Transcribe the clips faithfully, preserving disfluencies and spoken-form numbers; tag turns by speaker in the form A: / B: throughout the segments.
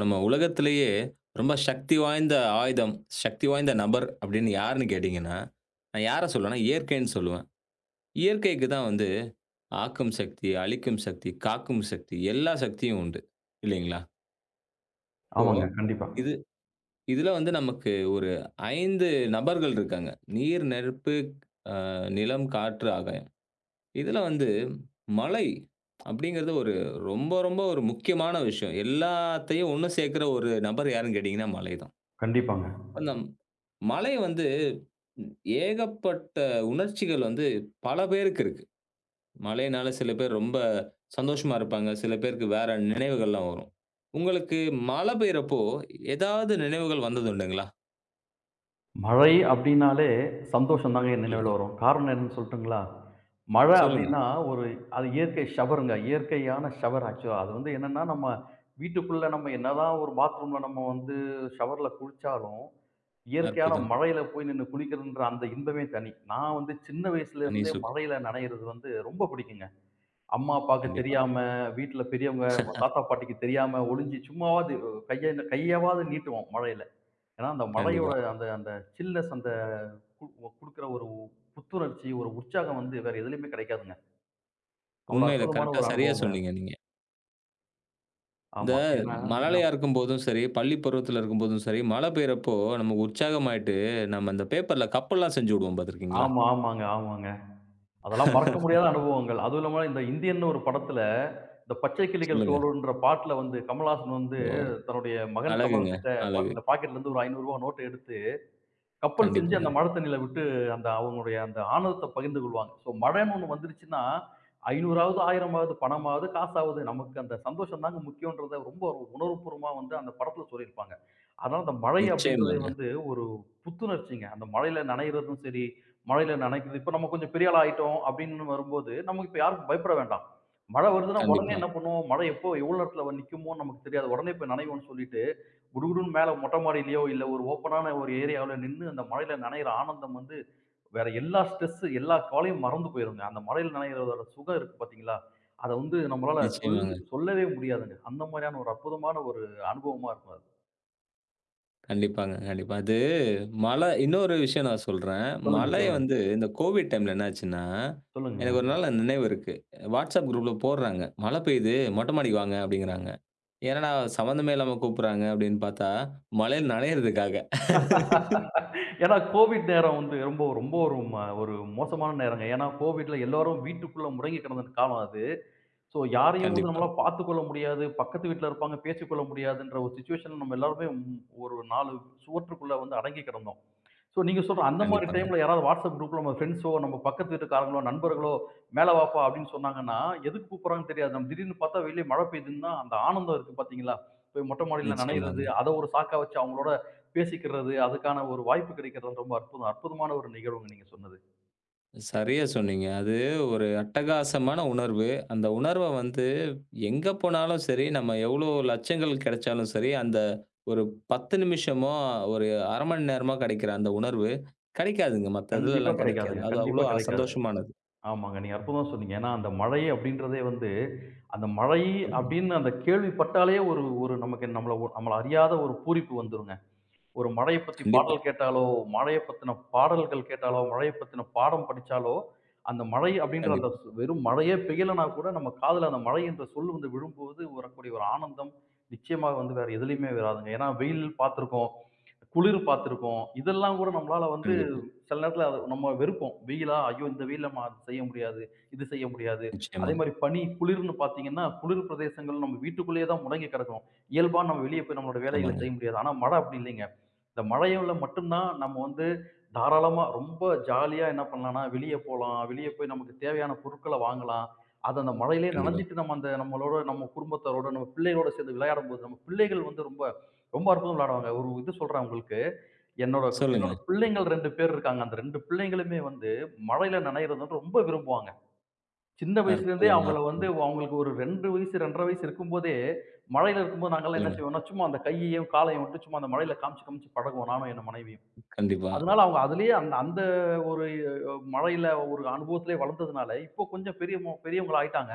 A: நம்ம உலகத்திலேயே ரொம்ப சக்தி வாய்ந்த ஆயுதம், சக்தி வாய்ந்த நபர் அப்படின்னு யாருன்னு கேட்டீங்கன்னா, நான் யார சொல்லுவேன்னா, இயற்கைன்னு சொல்லுவேன். இயற்கைக்கு தான் வந்து ஆக்கும் சக்தி, அழிக்கும் சக்தி, காக்கும் சக்தி எல்லா சக்தியும் உண்டு. இல்லைங்களா? இப்போ
B: ஆமாங்க. கண்டிப்பா.
A: இது இதுல வந்து நமக்கு ஒரு ஐந்து நபர்கள் இருக்காங்க. நீர், நெருப்பு, அ நிலம், காற்று, ஆகாயம். இதுல வந்து மழை அப்படிங்கிறது ஒரு ரொம்ப ரொம்ப ஒரு முக்கியமான விஷயம். எல்லாத்தையும் ஒண்ணு சேர்க்கிற ஒரு நபர் யாருன்னு கேட்டீங்கன்னா மழை தான்.
B: கண்டிப்பாங்க.
A: அந்த மலை வந்து ம், ஏகப்பட்ட உணர்ச்சிகள் வந்து பல பேருக்கு இருக்கு. மலையினால சில பேர் ரொம்ப சந்தோஷமா இருப்பாங்க. சில பேருக்கு வேற நினைவுகள்லாம் வரும். உங்களுக்கு மழை பெய்றப்போ ஏதாவது நினைவுகள் வந்தது உண்டுங்களா?
B: மழை அப்டின்னாலே சந்தோஷம் தாங்க என்
A: சொல்லுங்க.
B: நினைவுல வரும். காரணம் என்னன்னு சொல்லட்டுங்களா? மழை
A: சொல்லுங்க.
B: அப்டின்னா ஒரு அது இயற்கை ஷவருங்க. இயற்கையான ஷவர் ஆக்சுவலா. அது வந்து என்னன்னா, நம்ம வீட்டுக்குள்ள நம்ம என்னதான் ஒரு பாத்ரூம்ல நம்ம வந்து ஷவர்ல குளிச்சாலும், இயற்கையான
A: அற்புதம்!
B: மழையில போய் நின்னு குளிக்கிறதுன்ற அந்த இன்பமே தனி. நான் வந்து சின்ன
A: தனி
B: வயசுலேருந்தே
A: சுகம்.
B: மழையில நனையிறது வந்து ரொம்ப பிடிக்குங்க. அம்மா, அப்பாக்கு
A: கண்டிப்பா,
B: தெரியாம, வீட்ல பெரியவங்க, தாத்தா, பாட்டிக்கு தெரியாம ஒளிஞ்சு சும்மாவாவது கைய கையவாவது நீட்டுவோம் மழையில. ஏன்னா, அந்த
A: கண்டிப்பா.
B: மழையோட அந்த அந்த சில்னஸ் அந்த குடுக்குற ஒரு புத்துணர்ச்சி, ஒரு உற்சாகம் வந்து வேற எதுலயுமே கெடைக்காதுங்க. அவ்வளோ
A: உண்மையில
B: அற்புதமான
A: கரெக்ட்டா
B: ஒரு
A: சரியா
B: அனுபவங்க.
A: சொன்னீங்க நீங்க. இந்த
B: ஆமா. ஏன்னா
A: மழலையா
B: நான்
A: இருக்கும்போதும் சரி, பள்ளி பருவத்தில இருக்கும்போதும் சரி, மழை பெய்றப்போ நமக்கு உற்சாகமாயிட்டு, நம்ம இந்த பேப்பர்ல கப்பல்லாம் செஞ்சு விடுவோம் பார்த்துருக்கீங்களா?
B: ஆமா, ஆமாங்க, ஆமாங்க. அதெல்லாம் மறக்க முடியாத அனுபவங்கள். அதுவும் இல்லாம இந்த இந்தியன்னு ஒரு படத்துல, இந்த பச்சை கிளிகள்
A: சொல்லுங்க.
B: தோலுன்ற பாட்டுல வந்து கமலஹாசன் வந்து
A: ஓ!
B: தன்னுடைய மகன்
A: அழகுங்க.
B: கமல் கிட்ட
A: அழகு.
B: பாத்தீங்கன்னா, பாக்கெட்ல இருந்து ஒரு ரூ. ஐநூறு நோட்ட எடுத்து கப்பல் செஞ்சு
A: கண்டிப்பாங்க.
B: அந்த மழை தண்ணியில விட்டு அந்த அவங்களுடைய அந்த ஆனந்தத்தை பகிர்ந்து கொள்வாங்க. ஸோ மழைன்னு ஒண்ணு வந்துருச்சுன்னா, 500வது, 1000வது, பணமாவது, காசாவது நமக்கு அந்த சந்தோஷம் தாங்க முக்கியன்றத ரொம்ப ஒரு உணர்வுபூர்வமா வந்து அந்த படத்துல சொல்லியிருப்பாங்க. அதனால அந்த மழை அப்படின்றதே
A: நிச்சயமாங்க.
B: வந்து ஒரு புத்துணர்ச்சிங்க. அந்த மழையில நனையிறதும் சரி, மழையில நனைக்கிறது இப்ப நம்ம கொஞ்சம் பெரிய ஆளா ஆயிட்டோம் அப்படின்னு வரும்போது, நமக்கு இப்ப யாருக்கும் பயப்பட வேண்டாம். மழை வருதுன்னா உடனே
A: கண்டிப்பா.
B: என்ன பண்ணுவோம்? மழை எப்போ எவ்வளோ நேரத்துல நிக்குமோன்னு நமக்கு தெரியாது. உடனே போய் நனைவோம்ன்னு சொல்லிட்டு குடுகுடுன்னு மேல மொட்டை மாடியிலயோ இல்ல ஒரு ஓப்பனான ஒரு ஏரியாவுல நின்னு அந்த மழையில நனையிற ஆனந்தம் வந்து வேற எல்லா ஸ்ட்ரெஸ் எல்லா கவலையும் மறந்து போயிருங்க. அந்த மழையில நனையிறதோட சுகம் இருக்கு பார்த்தீங்களா? அத வந்து நம்மளால சொல்
A: நிச்சயமாங்க.
B: சொல்லவே முடியாதுங்க. அந்த மாரியான ஒரு அற்புதமான ஒரு அனுபவமா இருக்கும் அது.
A: கண்டிப்பாங்க. கண்டிப்பா. அது மழை இன்னொரு விஷயம் நான் சொல்றேன்.
B: சொல்லுங்க,
A: மழைய
B: சொல்லுங்க,
A: வந்து இந்த கோவிட் டைம்ல என்னாச்சுன்னா, எனக்கு ஒரு
B: சொல்லுங்கங்க.
A: நாள் நினைவு இருக்கு. WhatsApp குரூப்ல போடுறாங்க. "மழை பெய்யுது. மொட்டை மாடிக்கு வாங்க" அப்படிங்கிறாங்க. என்னடா சம்மந்தமே இல்லாம கூப்பிடுறாங்க அப்படின்னு பார்த்தா, மழையில நனையறதுக்காக.
B: ஏன்னா கோவிட் நேரம் வந்து ரொம்ப ரொம்ப ஒரு ம ஒரு மோசமான நேரங்க. ஏன்னா கோவிட்ல எல்லாரும் வீட்டுக்குள்ள முடங்கி கிடந்த காலம் அது. ஸோ யாரையும் வந்து
A: கண்டிப்பா.
B: நம்மளால பார்த்துக்கொள்ள முடியாது. பக்கத்து வீட்ல இருப்பாங்க, பேசிக்கொள்ள முடியாதுன்ற ஒரு சிச்சுவேஷன்ல நம்ம எல்லாருமே ம் ஒரு நாலு சுவற்றுக்குள்ள வந்து அடங்கி கிடந்தோம். ஸோ நீங்க சொல்ற அந்த மாரி
A: கண்டிப்பாங்க.
B: டைம்ல யாராவது WhatsApp குரூப்ல நம்ம ஃப்ரெண்ட்ஸோ, நம்ம பக்கத்து வீட்டுக்காரங்களோ, நண்பர்களோ, "மேல வாப்பா" அப்படின்னு சொன்னாங்கன்னா, எதுக்கு கூப்பிடுறாங்கன்னு தெரியாது. நம்ம திடீர்னு பார்த்தா வெளிய மழை பெய்யுதுன்னா, அந்த ஆனந்தம் இருக்கு பார்த்தீங்களா? போய் மொட்டை மாடியில நனையிறது,
A: நிச்சயமாங்க.
B: அத ஒரு சாக்கா வச்சு அவங்களோட பேசிக்கிறது, அதுக்கான ஒரு வாய்ப்பு கிடைக்கிறது வந்து ரொம்ப அற்புதம். அற்புதமான ஒரு நிகழ்வுங்க நீங்க சொன்னது.
A: சரியா சொன்னீங்க. அது ஒரு அட்டகாசமான உணர்வு. அந்த உணர்வ வந்து எங்க போனாலும் சரி, நம்ம எவ்ளோ லட்சங்கள் கிடைச்சாலும் சரி, அந்த ஒரு பத்து நிமிஷமோ, ஒரு அரை மணி நேரமோ கிடைக்கிற அந்த உணர்வு கிடைக்காதுங்க. மத்த
B: கண்டிப்பா
A: இதுலலாம் கிடைக்காது.
B: கிடைக்காதுங்க.
A: அது
B: கண்டிப்பா
A: அவ்ளோ
B: கிடைக்காது.
A: சந்தோஷமானது.
B: ஆமாங்க. நீங்க அற்புதமா சொன்னீங்க. ஏன்னா, அந்த மழை அப்படின்றதே வந்து, அந்த மழை
A: சொல்லுங்க.
B: அப்படின்னு அந்த கேள்விப்பட்டாலே ஒரு ஒரு நமக்கு நம்மள ஒரு- நம்மள அறியாத ஒரு பூரிப்பு வந்துருங்க. ஒரு மழையப் பத்தி
A: கண்டிப்பா,
B: பாடல் கேட்டாலோ, மழையப் பத்தின பாடல்கள் கேட்டாலோ, மழையப் பத்தின பாடம் படிச்சாலோ, அந்த மழை அப்படின்ற அந்த
A: கண்டிப்பா,
B: சு வெறும் மழையே பெய்யலன்னா கூட நம்ம காதுல அந்த மழை என்ற சொல் வந்து விழும்போது வரக்கூடிய ஒரு ஆனந்தம், நிச்சயமா வந்து வேற எதுலயுமே வராதுங்க. ஏன்னா வெயில் பார்த்துருக்கோம், குளிர் பார்த்துருக்கோம். இதெல்லாம் கூட நம்மளால வந்து
A: கண்டிப்பா.
B: சில நேரத்தில அது நம்ம வெறுப்போம். வெயிலா? ஐயோ! இந்த வெயில்ல நம்ம அது செய்ய முடியாது, இது செய்ய முடியாது.
A: நிச்சயமா.
B: அதேமாரி பனி, குளிர்ன்னு பார்த்தீங்கன்னா, குளிர் பிரதேசங்கள் நம்ம வீட்டுக்குள்ளேயே தான் முடங்கி கிடக்கிறோம். இயல்பா நம்ம வெளிய போய் நம்மளோட வேலைகள
A: ஆமாங்க.
B: செய்ய முடியாது. ஆனா மழை அப்படி இல்லைங்க. இந்த மழையில மட்டும்தான் நம்ம வந்து தாராளமா ரொம்ப ஜாலியா என்ன பண்ணலாம்னா, வெளிய போலாம். வெளிய போய் நமக்கு தேவையான பொருட்கள வாங்கலாம். அது அந்த மழையிலே
A: கண்டிப்பா.
B: நனஞ்சிட்டு நம்ம அந்த நம்மளோட நம்ம குடும்பத்தாரோட, நம்ம பிள்ளைகளோட சேர்ந்து விளையாடும்போது, நம்ம பிள்ளைகள் வந்து ரொம்ப ரொம்ப அற்புதமா விளையாடுவாங்க. ஒரு இது சொல்றேன் உங்களுக்கு. என்னோட
A: சொல்லுங்க.
B: என்னோட பிள்ளைங்கள் ரெண்டு பேர் இருக்காங்க. அந்த ரெண்டு பிள்ளைங்களுமே வந்து மழையில நனையிறது வந்து ரொம்ப விரும்புவாங்க. சின்ன வயசுலேருந்தே
A: அற்புதம்,
B: அவங்கள வந்து
A: அற்புதம்.
B: அவங்களுக்கு ஒரு இரண்டு வயசு, ரெண்டு அரை வயசு இருக்கும்போதே, மழையில இருக்கும்போது நாங்கலாம் என்ன
A: சொல்லுங்க.
B: செய்வோம்னா, சும்மா அந்த கையையும், காலையும் விட்டு சும்மா அந்த மழையில காமிச்சு, காமிச்சு பழகுவோம் நானும் என் மனைவியும்.
A: கண்டிப்பா.
B: அதனால அவங்க அதிலேயே அந்த அந்த ஒரு அஹ், மழையில ஒரு அனுபவத்திலே வளர்ந்ததுனால, இப்போ கொஞ்சம் பெரியவங்க பெரியவங்களா ஆயிட்டாங்க.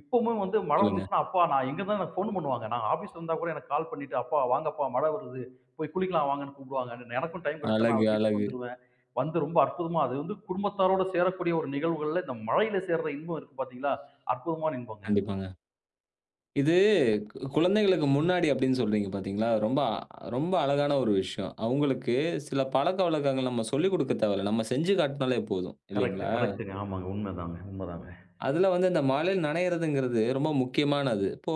B: இப்பவுமே வந்து மழை
A: சொல்லுங்க.
B: வந்துச்சுன்னா, "அப்பா நான் எங்க இருந்தாலும் எனக்கு ஃபோன் பண்ணுவாங்க. நான் ஆஃபீஸ்ல இருந்தா கூட எனக்கு கால் பண்ணிட்டு, "அப்பா வாங்கப்பா மழை வருது. போய் குளிக்கலாம் வாங்கன்னு" கூப்பிடுவாங்க. எனக்கும் டைம் கிடைச்சா
A: அழகு,
B: நான் வீட்டுக்கு
A: அழகு.
B: வந்துருவேன். வந்து ரொம்ப அற்புதமா அது வந்து குடும்பத்தாரோட சேரக்கூடிய ஒரு நிகழ்வுகள்ல, இந்த மழையில சேர்ற இன்பம் இருக்கு பார்த்தீங்களா? அற்புதமான இன்பங்க அது.
A: கண்டிப்பாங்க. இது கு குழந்தைகளுக்கு முன்னாடி அப்படின்னு சொல்றீங்க பார்த்தீங்களா? ரொம்ப அ- ரொம்ப அழகான ஒரு விஷயம். அவங்களுக்கு சில பழக்கவழக்கங்கள் நம்ம சொல்லிக் குடுக்க தேவையில்ல. நம்ம செஞ்சு காட்டினாலே போதும்
B: கரெக்ட்,
A: இல்லைங்களா?
B: கரெக்ட்டுங்க. ஆமாங்க. உண்மைதாங்க, உண்மைதாங்க.
A: அதுல வந்து இந்த மழையில் நனையிறதுங்கிறது ரொம்ப முக்கியமானது. இப்போ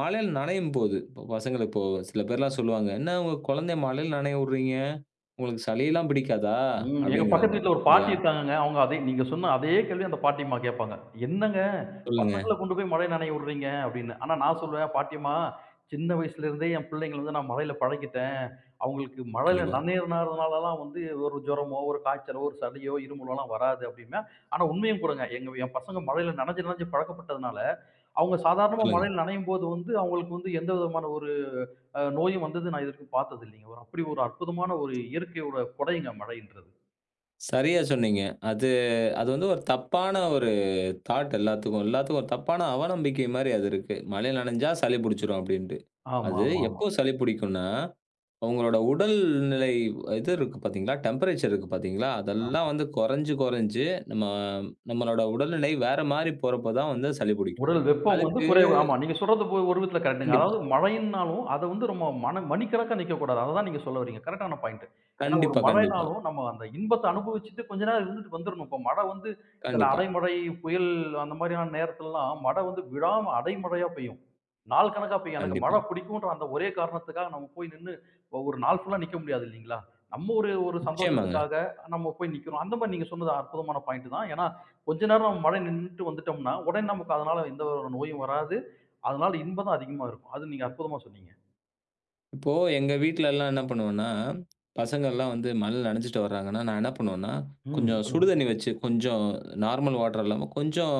A: மழையில் நனையும்போது, இப்போ பசங்கள இப்போ சில பேர்லாம் சொல்லுவாங்க, "என்ன உங்க குழந்தைய மழையில் நனைய விடுறீங்க? உங்களுக்கு சளியெல்லாம் பிடிக்காதா?"
B: ம். எங்க பக்கத்து
A: அப்படிங்கிறாங்க.
B: வீட்ல ஒரு
A: இல்லையா?
B: பாட்டி இருக்காங்கங்க. அவங்க அதே நீங்க சொன்ன அதே கேள்விய அந்த பாட்டியம்மா கேட்பாங்க. "என்னங்க
A: சொல்லுங்க.
B: பசங்கள கொண்டு போய் மழையில நனைய விடுறீங்க?" அப்படின்னு. ஆனா நான் சொல்லுவேன், "பாட்டியம்மா, சின்ன வயசுல இருந்தே என் பிள்ளைங்கள வந்து நான் மழையில பழக்கிட்டேன். அவங்களுக்கு மழையில
A: கண்டிப்பா.
B: நனையிறனாலலாம் வந்து ஒரு ஜுரமோ, ஒரு காய்ச்சலோ, ஒரு சளியோ, இருமலோலாம் வராது" அப்படிம்பேன். ஆனா உண்மையும் கூடங்க. எங்க என் பசங்க மழையில நனஞ்சு நனஞ்சு பழக்கப்பட்டதுனால, அவங்க சாதாரணமா
A: சொல்லுங்க.
B: மழையில நனையும்போது வந்து அவங்களுக்கு வந்து எந்த விதமான ஒரு அ நோயும் வந்தது நான் இதுவரைக்கும் பார்த்தது இல்லைங்க. ஒரு அப்படி ஒரு அற்புதமான ஒரு இயற்கையோட கொடைங்க மழைன்றது.
A: சரியா சொன்னீங்க. அது அது வந்து ஒரு தப்பான ஒரு தாட் எல்லாத்துக்கும். எல்லாத்துக்கும் ஒரு தப்பான அவநம்பிக்கை மாரி அது இருக்கு. மழை நனஞ்சா சளி புடிச்சுரும் அப்டின்ட்டு.
B: ஆமா,
A: அது
B: ஆமா, ஆமா,
A: எப்போ சளி புடிக்கும்னா, அவங்களோட உடல்நிலை இது இருக்கு பாத்தீங்களா? டெம்பரேச்சர் இருக்கு பாத்தீங்களா?
B: ஆமா.
A: அதெல்லாம் வந்து கொறஞ்சு கொறஞ்சு நம்ம நம்மளோட உடல்நிலை வேற மாரி போறப்ப தான் வந்து சளி புடிக்கும்.
B: உடல் வெப்பம் வந்து
A: அதுக்கு
B: குறைவு. ஆமா. நீங்க சொல்றது போ ஒரு விதத்துல கரெக்ட்டுங்க.
A: கண்டிப்பா,
B: அதாவது மழைன்னாலும், அத வந்து நம்ம மண மணிக்கணக்கா நிக்கக்கூடாது. அததான் நீங்க சொல்ல வரீங்க. கரெக்ட்டான பாயிண்ட். ஏன்னா, ஒரு
A: கண்டிப்பா, கண்டிப்பா,
B: மழைனாலும் நம்ம அந்த இன்பத்த அனுபவிச்சுட்டு கொஞ்ச நேரம் இருந்துட்டு வந்துரணும். இப்ப மழை வந்து சில
A: கண்டிப்பா,
B: அடைமழை, புயல் அந்த மாரியான நேரத்துலலாம் மழை வந்து விடாம அடைமழையா பெய்யும். நாள் கணக்கா பெய்யும். எனக்கு
A: கண்டிப்பா.
B: மழை பிடிக்குன்ற அந்த ஒரே காரணத்துக்காக நம்ம போய் நின்னு ஒரு நாள் ஃபுல்லா நிக்க முடியாது இல்லீங்களா? நம்ம ஒரு ஒரு
A: நிச்சயமாங்க.
B: சந்தோஷத்துக்காக நம்ம போய் நிக்கிறோம். அந்த மாரி நீங்க சொன்னது அற்புதமான பாயிண்ட் தான். ஏன்னா, கொஞ்ச நேரம் நம்ம மழை நின்னுட்டு வந்துட்டோம்னா, உடனே நமக்கு அதனால எந்த ஒரு நோயும் வராது. அதனால இன்பம் தான் அதிகமா இருக்கும். அது நீங்க அற்புதமா சொன்னீங்க.
A: இப்போ எங்க வீட்லலாம் என்ன பண்ணுவேன்னா, பசங்கள்லாம் வந்து மழையில நனஞ்சுட்டு வர்றாங்கன்னா, நான் என்ன பண்ணுவேன்னா,
B: ம்.
A: கொஞ்சம் சுடு தண்ணி
B: சொல்லுங்க.
A: வச்சு, கொஞ்சம் நார்மல் வாட்டர் இல்லாம கொஞ்சம்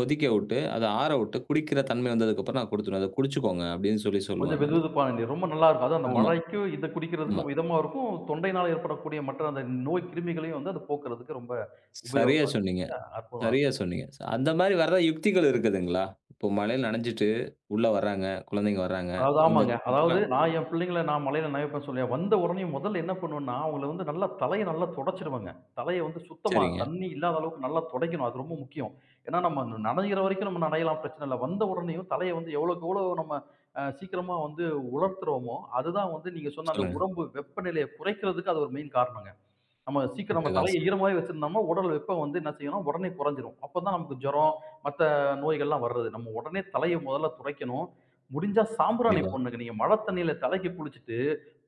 A: கொதிக்க விட்டு, அத ஆற விட்டு, குடிக்கிற தன்மை வந்ததுக்கப்புறம் நான் குடுத்துருவேன். "அத குடிச்சுக்கோங்க" அப்படின்னு சொல்லி
B: கொஞ்சம்
A: சொல்லுவேன் நானு.
B: வெதுவெதுப்பான நீர். ரொம்ப நல்லா இருக்கும். அதுவும் அந்த
A: ஆமா,
B: மழைக்கு இத குடிக்கிறதுக்கு
A: ஆமா.
B: ரொம்ப இதமா இருக்கும். தொண்டையினால ஏற்படக்கூடிய மற்ற அந்த நோய் கிருமிகளையும் வந்து அது போக்குறதுக்கு ரொம்ப
A: சரியா
B: உபயோகமா இருக்கு.
A: சொன்னீங்க,
B: அற்புதமா
A: சரியா சொன்னீங்க. ச- அந்த
B: இருக்கும்.
A: மாரி வர்ற யுக்திகள் இருக்குதுங்களா? இப்போ மழையில நனஞ்சுட்டு உள்ள வர்றாங்க, குழந்தைங்க வர்றாங்க.
B: அதாவது
A: இந்த
B: ஆமாங்க.
A: ஆ,
B: அதாவது நான் என் பிள்ளைங்கள நான் மலையில நனைப்பேன்னு சொல்லி, வந்த உடனே முதல்ல என்ன பண்ணுவேன்னா, அவங்கள வந்து நல்லா தலைய நல்லா துடைச்சிருவேங்க. தலைய வந்து சுத்தமா
A: சரிங்க.
B: தண்ணி இல்லாத அளவுக்கு நல்லா துடைக்கணும். அது ரொம்ப முக்கியம். ஏன்னா நம்ம நனையிற வரைக்கும் நம்ம நனையலாம் பிரச்சனை இல்ல. வந்த உடனேயும் தலைய வந்து எவ்வளோக்கு எவ்வளோ நம்ம அ சீக்கிரமா வந்து உலர்த்துறோமோ, அதுதான் வந்து நீங்க சொன்ன அந்த
A: சொல்லுங்க.
B: உடம்பு வெப்பநிலைய குறைக்கிறதுக்கு அது ஒரு மெயின் காரணங்க. நம்ம சீக்கிரம் நம்ம தலைய
A: அட்டகாசம்.
B: ஈரமாவே வச்சிருந்தோம்னா, உடல் வெப்பம் வந்து என்ன செய்யும்னா, உடனே குறைஞ்சிரும். அப்பதான் நமக்கு ஜுரம், மத்த நோய்கள்லாம் வர்றது. நம்ம உடனே தலைய முதல்ல துடைக்கணும். முடிஞ்சா சாம்பிராணி
A: கண்டிப்பா.
B: போடணுங்க. நீங்க மழை தண்ணீல தலைக்கு குளிச்சுட்டு,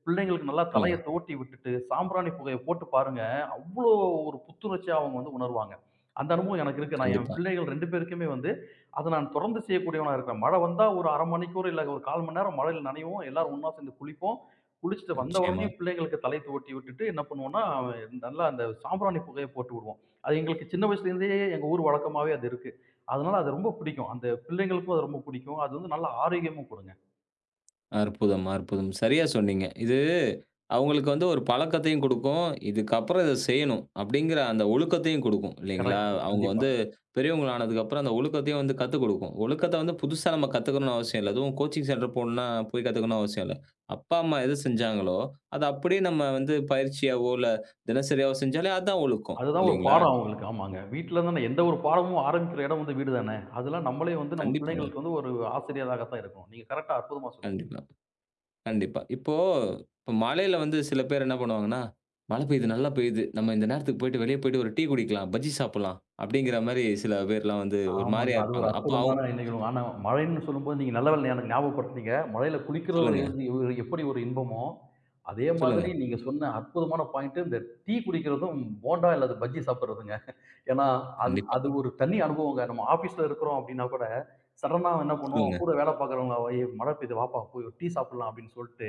B: பிள்ளைங்களுக்கு நல்லா
A: சொல்லுங்க.
B: தலைய தோட்டி விட்டுட்டு, சாம்பிராணி புகைய போட்டு பாருங்க. இவ்வளோ ஒரு புத்துணர்ச்சியா அவங்க வந்து உணர்வாங்க. அந்த அனுபவம் எனக்கு இருக்கு. நான் என்
A: கண்டிப்பா.
B: பிள்ளைகள் ரெண்டு பேருக்குமே வந்து, அத நான் தொடர்ந்து செய்யக்கூடியவனா இருக்கிறேன். மழை வந்தா ஒரு அரை மணிக்கூர் இல்ல ஒரு கால் மணி நேரம் மழையில நனைவோம். எல்லாரும் ஒண்ணா சேர்ந்து குளிப்போம். குளிச்சுட்டு வந்த
A: நிச்சயமா.
B: உடனே பிள்ளைகளுக்கு தலை தூவட்டி விட்டுட்டு என்ன பண்ணுவோம்னா, நல்லா அந்த சாம்பிராணி புகைய போட்டு விடுவோம். அது எங்களுக்கு சின்ன வயசுலேருந்தே எங்க ஊர் வழக்கமாவே அது இருக்கு. அதனால அது ரொம்ப பிடிக்கும். அந்த பிள்ளைங்களுக்கும் அது ரொம்ப பிடிக்கும். அது வந்து நல்ல ஆரோக்கியமும் கொடுங்க.
A: அற்புதம், அற்புதம். சரியா சொன்னீங்க. இது அவங்களுக்கு வந்து ஒரு பழக்கத்தையும் குடுக்கும். இதுக்கப்புறம் இத செய்யணும் அப்படிங்கிற அந்த ஒழுக்கத்தையும் குடுக்கும் இல்லைங்களா?
B: கரெக்ட்.
A: அவங்க
B: கண்டிப்பா.
A: வந்து பெரியவங்களா ஆனதுக்கப்புறம் அந்த ஒழுக்கத்தையும் வந்து கத்துக் குடுக்கும். ஒழுக்கத்த வந்து புதுசா நம்ம கத்துக்கணும்னு அவசியம் இல்ல. அதுவும் கோச்சிங் சென்டர் போணும்னா போய் கத்துக்கணும்னு அவசியம் இல்ல. அப்பா, அம்மா எது செஞ்சாங்களோ, அத அப்படியே நம்ம வந்து பயிற்சியாவோ, இல்ல தினசரியாவோ செஞ்சாலே அதான் ஒழுக்கம்
B: அதுதான் ஒரு
A: இல்லைங்களா?
B: பாடம் அவங்களுக்கு. ஆமாங்க. வீட்ல இருந்து எந்த ஒரு பாடமும் ஆரம்பிக்கிற இடம் வந்து வீடு தானே! அதெல்லாம் நம்மளே வந்து நம்ம
A: கண்டிப்பாங்க.
B: பிள்ளைங்களுக்கு வந்து ஒரு ஆசிரியராக தான் இருக்கணும். நீங்க கரெக்ட்டா அற்புதமா சொன்னீங்க.
A: கண்டிப்பா. கண்டிப்பா. இப்போ, இப்போ மழையில வந்து சில பேர் என்ன பண்ணுவாங்கன்னா, "மழை பெய்யுது, நல்லா பெய்யுது. நம்ம இந்த நேரத்துக்கு போயிட்டு வெளிய போயிட்டு ஒரு டீ குடிக்கலாம், பஜ்ஜி சாப்பிடலாம்." அப்படிங்கிற மாரி சில பேர்லாம் வந்து ஒரு
B: ஆமாங்க.
A: மாரியா
B: அது ஒரு
A: இருப்பாங்க. அப்போ அவ்
B: அற்புதமான நிகழ்வு. ஆனா மழைன்னு சொல்லும்போது நீங்க நல்ல வேளைல எனக்கு ஞாபகப்படுத்துனீங்க. மழையில குளிக்கிறது
A: சொல்லுங்க,
B: வந்து ஒரு எப்படி ஒரு இன்பமோ, அதே
A: சொல்லுங்க.
B: மாதிரி நீங்க சொன்ன அற்புதமான பாயிண்ட் இந்த டீ குடிக்கிறதும், போண்டா அல்லது பஜ்ஜி சாப்பிடுறதுங்க. ஏன்னா அது
A: கண்டிப்பா.
B: அது ஒரு தனி அனுபவங்க. நம்ம ஆஃபீஸ்ல இருக்கிறோம் அப்படின்னா கூட, சடனா என்ன பண்ணுவோம்,
A: சொல்லுங்க.
B: கூட வேலை பார்க்குறவங்க, "ஏய் மழை பெய்யுது வாப்பா போய் ஒரு டீ சாப்பிடலாம்" அப்படின்னு சொல்ட்டு,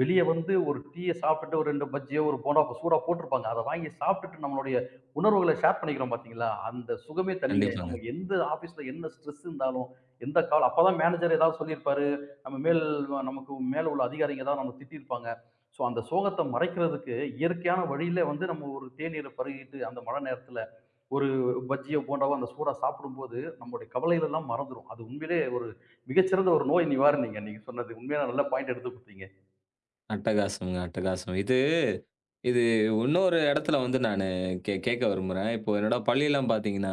B: வெளிய வந்து ஒரு டீய சாப்பிட்டுட்டு ஒரு ரெண்டு பஜ்ஜியோ, ஒரு போண்டா சூடா போட்டிருப்பாங்க. அத வாங்கி சாப்பிட்டுட்டு நம்மளுடைய உணர்வுகள ஷேர் பண்ணிக்கிறோம் பார்த்தீங்களா, அந்த சுகமே தனிங்க.
A: கண்டிப்பாங்க.
B: நம்ம எந்த ஆஃபீஸ்ல என்ன ஸ்ட்ரெஸ் இருந்தாலும், எந்த கால் அப்பதான் மேனேஜர் ஏதாவது சொல்லியிருப்பாரு. நம்ம மேல் நமக்கு மேல உள்ள அதிகாரிங்க ஏதாவது நம்மள திட்டியிருப்பாங்க. ஸோ அந்த சோகத்த மறைக்கிறதுக்கு இயற்கையான வழியில வந்து நம்ம ஒரு தேநீர பருகிட்டு அந்த மழை நேரத்துல ஒரு பஜ்ஜியோ, போண்டாவோ அந்த சூடா சாப்பிடும்போது, நம்முடைய கவலைகள் எல்லாம் மறந்துரும். அது உண்மையிலேயே ஒரு மிகச்சிறந்த ஒரு நோய் நிவாரணிங்க. நீங்க சொன்னது. உண்மையா நல்ல பாயிண்ட் எடுத்து குடுத்தீங்க.
A: அட்டகாசம்ங்க, அட்டகாசம். இது இது இன்னொரு இடத்துல வந்து நானு கே கேட்க விரும்புறேன். இப்போ என்னோட பள்ளிலாம் பார்த்தீங்கன்னா,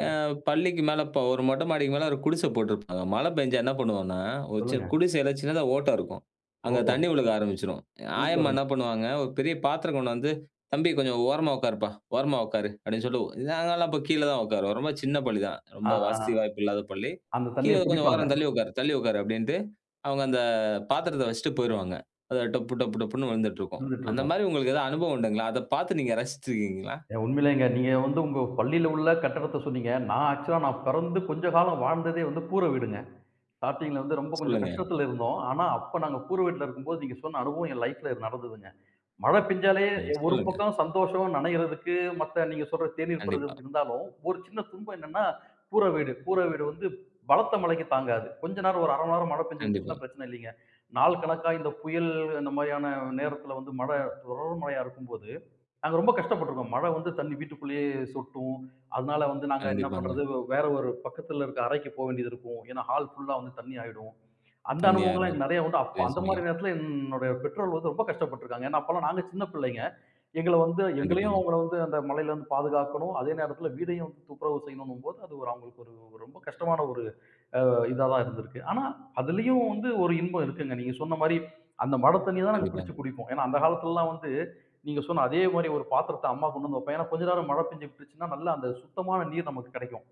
A: அ பள்ளிக்கு மேல இப்போ ஒரு மொட்டை மாடிக்கு மேல ஒரு குடிசை போட்டிருப்பாங்க. மழை பெஞ்சா என்ன பண்ணுவோம்னா, ஒரு சி
B: சொல்லுங்க.
A: குடிசையில சின்னதா ஓட்டை இருக்கும். அங்க
B: ஓஹோ!
A: தண்ணி விழுக ஆரம்பிச்சுரும். ஆயம்மா
B: சூப்பருங்க.
A: என்ன பண்ணுவாங்க, ஒரு பெரிய பாத்திரம் கொண்டு வந்து, "தம்பி கொஞ்சம் ஓரமா உட்காருப்பா, ஓரமா உட்காரு" அப்படின்னு சொல்லி நாங்கலாம் அப்போ கீழ தான் உட்காருவோம். ரொம்ப சின்ன பள்ளி தான். ரொம்ப
B: ஆ, ஆ. ஆ.
A: வசதி வாய்ப்பு இல்லாத பள்ளி.
B: அந்த
A: "கீழ
B: தண்ணீய
A: கொஞ்சம்
B: குடிப்பாங்க.
A: ஓரம் தள்ளி உட்காரு, தள்ளி உட்காரு" அப்படின்ட்டு அவங்க அந்த பாத்திரத்த வச்சுட்டு போயிருவாங்க. அது டொப்பு டொப்பு டொப்புன்னு விழுந்துட்டுருக்கும்.
B: இருந்துட்டு
A: அந்த
B: இருக்கும்.
A: மாரி உங்களுக்கு ஏதாவது அனுபவம் உண்டுங்களா? அத பார்த்து நீங்க ரசிச்சிருக்கீங்களா?
B: ஏன் உண்மையிலேங்க. நீங்க வந்து உங்க பள்ளியில உள்ள கட்டடத்த சொன்னீங்க. நான் ஆக்சுவலா நான் பிறந்து கொஞ்ச காலம் வாழ்ந்ததே வந்து கூரை வீடுங்க. ஸ்டார்ட்டிங்ல வந்து ரொம்ப கொஞ்சம்
A: சொல்லுங்க.
B: கஷ்டத்துல இருந்தோம். ஆனா, அப்ப நாங்க கூரை வீட்ல இருக்கும்போது, நீங்க சொன்ன அனுபவம் என் லைஃப்ல நடந்ததுங்க. மழை பெஞ்சாலே
A: ஓ!
B: ஒரு
A: சொல்லுங்க.
B: பக்கம் சந்தோஷம் நனையிறதுக்கு, மத்த நீங்க சொல்ற தேநீர்
A: கண்டிப்பா,
B: பருகுறதுக்கு இருந்தாலும், ஒரு சின்ன துன்பம் என்னன்னா, கூரை வீடு. கூரை வீடு வந்து பலத்த மழைக்கு தாங்காது. கொஞ்ச நேரம் ஒரு அரை மணி நேரம் மழை பெஞ்சு
A: கண்டிப்பா,
B: விட்டுச்சுன்னா பிரச்சனை இல்லைங்க. நாள் கணக்கா இந்த புயல் இந்த மாரியான நேரத்துல வந்து மழை தொடர் மழையா இருக்கும்போது, நாங்க ரொம்ப கஷ்டப்பட்டுருக்கோம். மழை வந்து தண்ணி வீட்டுக்குள்ளேயே சொட்டும். அதனால வந்து நாங்க என்ன
A: கண்டிப்பாங்க.
B: பண்றது, வேற ஒரு பக்கத்துல இருக்க அறைக்கு போ வேண்டியது இருக்கும். ஏன்னா, ஹால் ஃபுல்லா வந்து தண்ணி ஆயிடும். அந்த அனுபவங்கள்லாம்
A: தண்ணீயாயிரும்.
B: எனக்கு நெறைய உண்டு. அப்ப
A: சரியா
B: அந்த
A: சொன்னீங்க.
B: மாரி நேரத்துல என்னுடைய பெற்றோர்கள் வந்து ரொம்ப கஷ்டப்பட்டுருக்காங்க. ஏன்னா, அப்பலாம் நாங்க சின்ன பிள்ளைங்க. எங்கள வந்து எங்களையும்
A: கண்டிப்பாங்க,
B: அவங்கள வந்து அந்த மழையிலருந்து பாதுகாக்கணும். அதே நேரத்துல வீடையும் வந்து துப்புரவு செய்யணுன்னும்போது, அது ஒரு அவங்களுக்கு ஒரு ரொம்ப கஷ்டமான ஒரு இதா தான் இருந்திருக்கு. ஆனா, அதுலயும் வந்து ஒரு இன்பம் இருக்குங்க. நீங்க சொன்ன மாரி அந்த மழை தண்ணிய தான் நாங்க
A: கண்டிப்பாங்க,
B: பிடிச்சு குடிப்போம். ஏன்னா, அந்த காலத்துலலாம் வந்து நீங்க சொன்ன அதே மாரி ஒரு பாத்திரத்த அம்மா கொண்டு வந்து வைப்பாங்க. ஏன்னா, கொஞ்ச நேரம் மழை பெஞ்சு விட்டுருச்சுன்னா, நல்லா அந்த சுத்தமான நீர் நமக்கு கெடைக்கும்.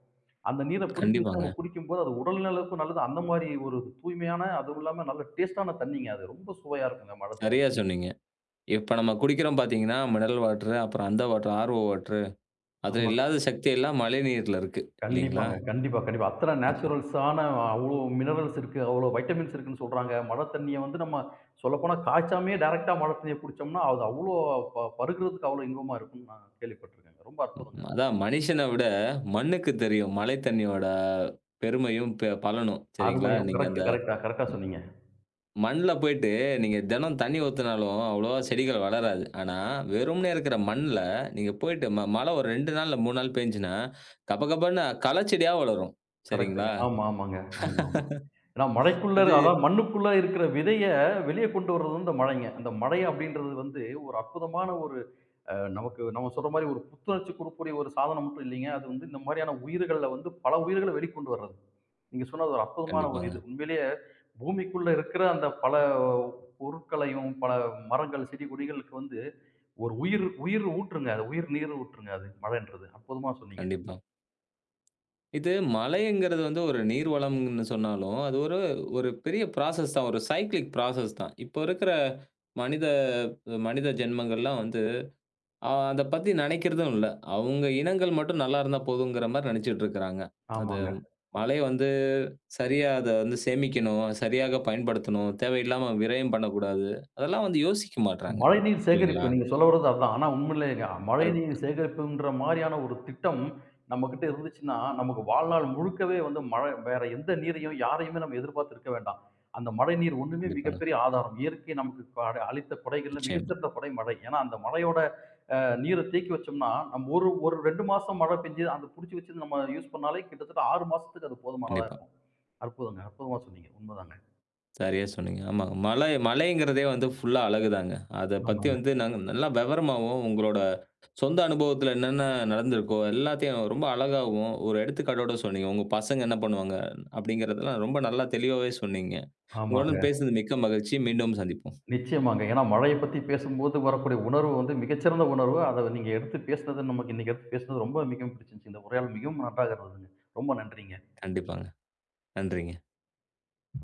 B: அந்த நீர பிடிச்சு வச்சு
A: கண்டிப்பாங்க.
B: நம்ம குடிக்கும்போது, அது உடல் நலக்கும் நல்லது. அந்த மாரி ஒரு தூய்மையான, அதுவும் இல்லாம நல்ல டேஸ்ட்டான தண்ணீங்க அது. ரொம்ப சுவையா இருக்குங்க மழை தண்ணி.
A: சரியா சொன்னீங்க. இப்ப நம்ம குடிக்கிறோம் பார்த்தீங்கன்னா, மினரல் வாட்டரு, அப்புறம் அந்த வாட்டரு, ஆர்ஓ வாட்டரு. அதுல
B: ஆமாங்க.
A: இல்லாத சக்தி எல்லாம் மழை நீர்ல இருக்கு. இல்லீங்களா?
B: கண்டிப்பாங்க. கண்டிப்பா, கண்டிப்பா. அத்தன நேச்சுரல்ஸான அவ்ளோ மினரல்ஸ் இருக்கு. அவ்ளோ வைட்டமின்ஸ் இருக்குன்னு சொல்றாங்க. மழை தண்ணிய வந்து நம்ம சொல்லப்போனா காய்ச்சாமயே டைரக்ட்டா மழை தண்ணிய குடிச்சோம்னா, அது அவ்ளோ ப பருகுறதுக்கு அவ்ளோ இன்பமா இருக்கும்ன்னு நான் கேள்விப்பட்டுருக்கேங்க. ரொம்ப அற்புதங்க
A: ம்.
B: அது.
A: அதான் மனுஷன விட மண்ணுக்கு தெரியும் மழை தண்ணியோட பெருமையும், ப பலனும். சரிங்களா?
B: அருமையும்.
A: நீங்க
B: கரெக்ட்,
A: அந்த
B: கரெக்ட்டா கரெக்ட்டா சொன்னீங்க.
A: மண்ல போயிட்டு நீங்க தினம் தண்ணி ஊத்துனாலும் அவ்வளவா செடிகள் வளராது. ஆனா, வெறுமனே இருக்கிற மண்ல நீங்க போயிட்டு ம மழை ஒரு ரெண்டு நாள் இல்ல மூணு நாள் பேஞ்சுச்சுன்னா, கபகபன்னு களைச்செடியா வளரும். சரிங்களா?
B: கரெக்ட்டுங்க. ஆமா, ஆமாங்க. ஆமா, ஆமா. ஏன்னா மழைக்குள்ள
A: அது
B: அதாவது மண்ணுக்குள்ள இருக்கிற விதைய வெளிய கொண்டு வர்றது வந்து இந்த மழைங்க. அந்த மழை அப்படின்றது வந்து ஒரு அற்புதமான ஒரு அ நமக்கு நம்ம சொல்ற மாரி ஒரு புத்துணர்ச்சி குடுக்கக்கூடிய ஒரு சாதனம் மட்டும் இல்லைங்க. அது வந்து இந்த மாரியான உயிர்கள்ல வந்து பல உயிர்கள வெளிக்கொண்டு வர்றது. நீங்க சொன்னது ஒரு அற்புதமான ஒரு
A: கண்டிப்பாங்க.
B: இது. உண்மையிலேயே பூமிக்குள்ள இருக்கிற அந்த பல பொருட்களையும், பல மரங்கள், செடி கொடிகளுக்கு வந்து ஒரு உயிர் உயிர் ஊட்டுங்க. அது உயிர் நீர் ஊட்டுங்க அது மழைன்றது. அற்புதமா சொன்னீங்க.
A: கண்டிப்பா. இது மழைங்கிறது வந்து ஒரு நீர் வளம்ன்னு சொன்னாலும், அது ஒரு ஒரு பெரிய ப்ராசஸ் தான். ஒரு சைக்கிளிக் ப்ராசஸ் தான். இப்போ இருக்கிற மனித மனித ஜென்மங்கள்லாம் வந்து அ அத பத்தி நெனைக்கிறதும் இல்ல. அவங்க இனங்கள் மட்டும் நல்லா இருந்தா போதுங்கிற மாரி நெனச்சுட்டு இருக்கிறாங்க. அது
B: ஆமாங்க.
A: மழை வந்து சரியா அத வந்து சேமிக்கணும், சரியாக பயன்படுத்தணும், தேவையில்லாம விரயம் பண்ணக்கூடாது. அதெல்லாம் வந்து யோசிக்க மாட்றாங்க.
B: மழைநீர்
A: இல்லைங்களா?
B: சேகரிப்பு. நீங்க சொல்ல வர்றது அதான். ஆனா உண்மையிலேங்க
A: கரெக்ட்.
B: மழைநீர் சேகரிப்புன்ற மாரியான ஒரு திட்டம் நம்மகிட்ட இருந்துச்சுன்னா, நமக்கு வாழ்நாள் முழுக்கவே வந்து மழை வேற எந்த நீரையும் யாரையுமே நம்ம எதிர்பார்த்து இருக்க வேண்டாம். அந்த மழைநீர் ஒண்ணுமே
A: கண்டிப்பாங்க.
B: மிகப்பெரிய ஆதாரம். இயற்கை நமக்கு கொடை அளித்த கொடைகள்ல
A: நிச்சயமா.
B: மிகச்சிறந்த கொடை மழை. ஏன்னா, அந்த மழையோட நீர தேக்கி வச்சோம்னா, நம்ம ஒரு ஒரு ரெண்டு மாசம் மழை பெஞ்சு அத புடிச்சு வச்சு நம்ம யூஸ் பண்ணாலே கிட்டத்தட்ட ஆறு மாசத்துக்கு அது போதுமானதா
A: கண்டிப்பா.
B: இருக்கும். அற்புதங்க! அற்புதமா சொன்னீங்க. உண்மதாங்க.
A: சரியா சொன்னீங்க. ஆமா. மலை மலைங்கிறதே வந்து ஃபுல்லா அழகுதாங்க. அத பத்தி
B: ஆமாங்க.
A: வந்து நாங்க நல்லா விவரமாவும், உங்களோட சொந்த அனுபவத்துல என்னென்ன நடந்திருக்கோ, எல்லாத்தையும் ரொம்ப அழகாவும், ஒரு எடுத்துக்காட்டோட சொன்னீங்க. உங்க பசங்க என்ன பண்ணுவாங்க? அப்படிங்கிறதெல்லாம் ரொம்ப நல்லா தெளிவாவே சொன்னீங்க. உங்களுடன்
B: ஆமாங்க.
A: பேசினது மிக்க மகிழ்ச்சி. மீண்டும் சந்திப்போம்.
B: நிச்சயமாங்க. ஏன்னா மழைய பத்தி பேசும்போது வரக்கூடிய உணர்வு வந்து மிகச்சிறந்த உணர்வு. அத நீங்க எடுத்து பேசினது நமக்கு இன்னைக்கு எடுத்து பேசினது ரொம்ப மிகவும் பிடிச்சிருந்துச்சு. இந்த உரையாடல் மிகவும் நன்றாக இருந்ததுங்க. ரொம்ப நன்றிங்க.
A: கண்டிப்பாங்க. நன்றிங்க.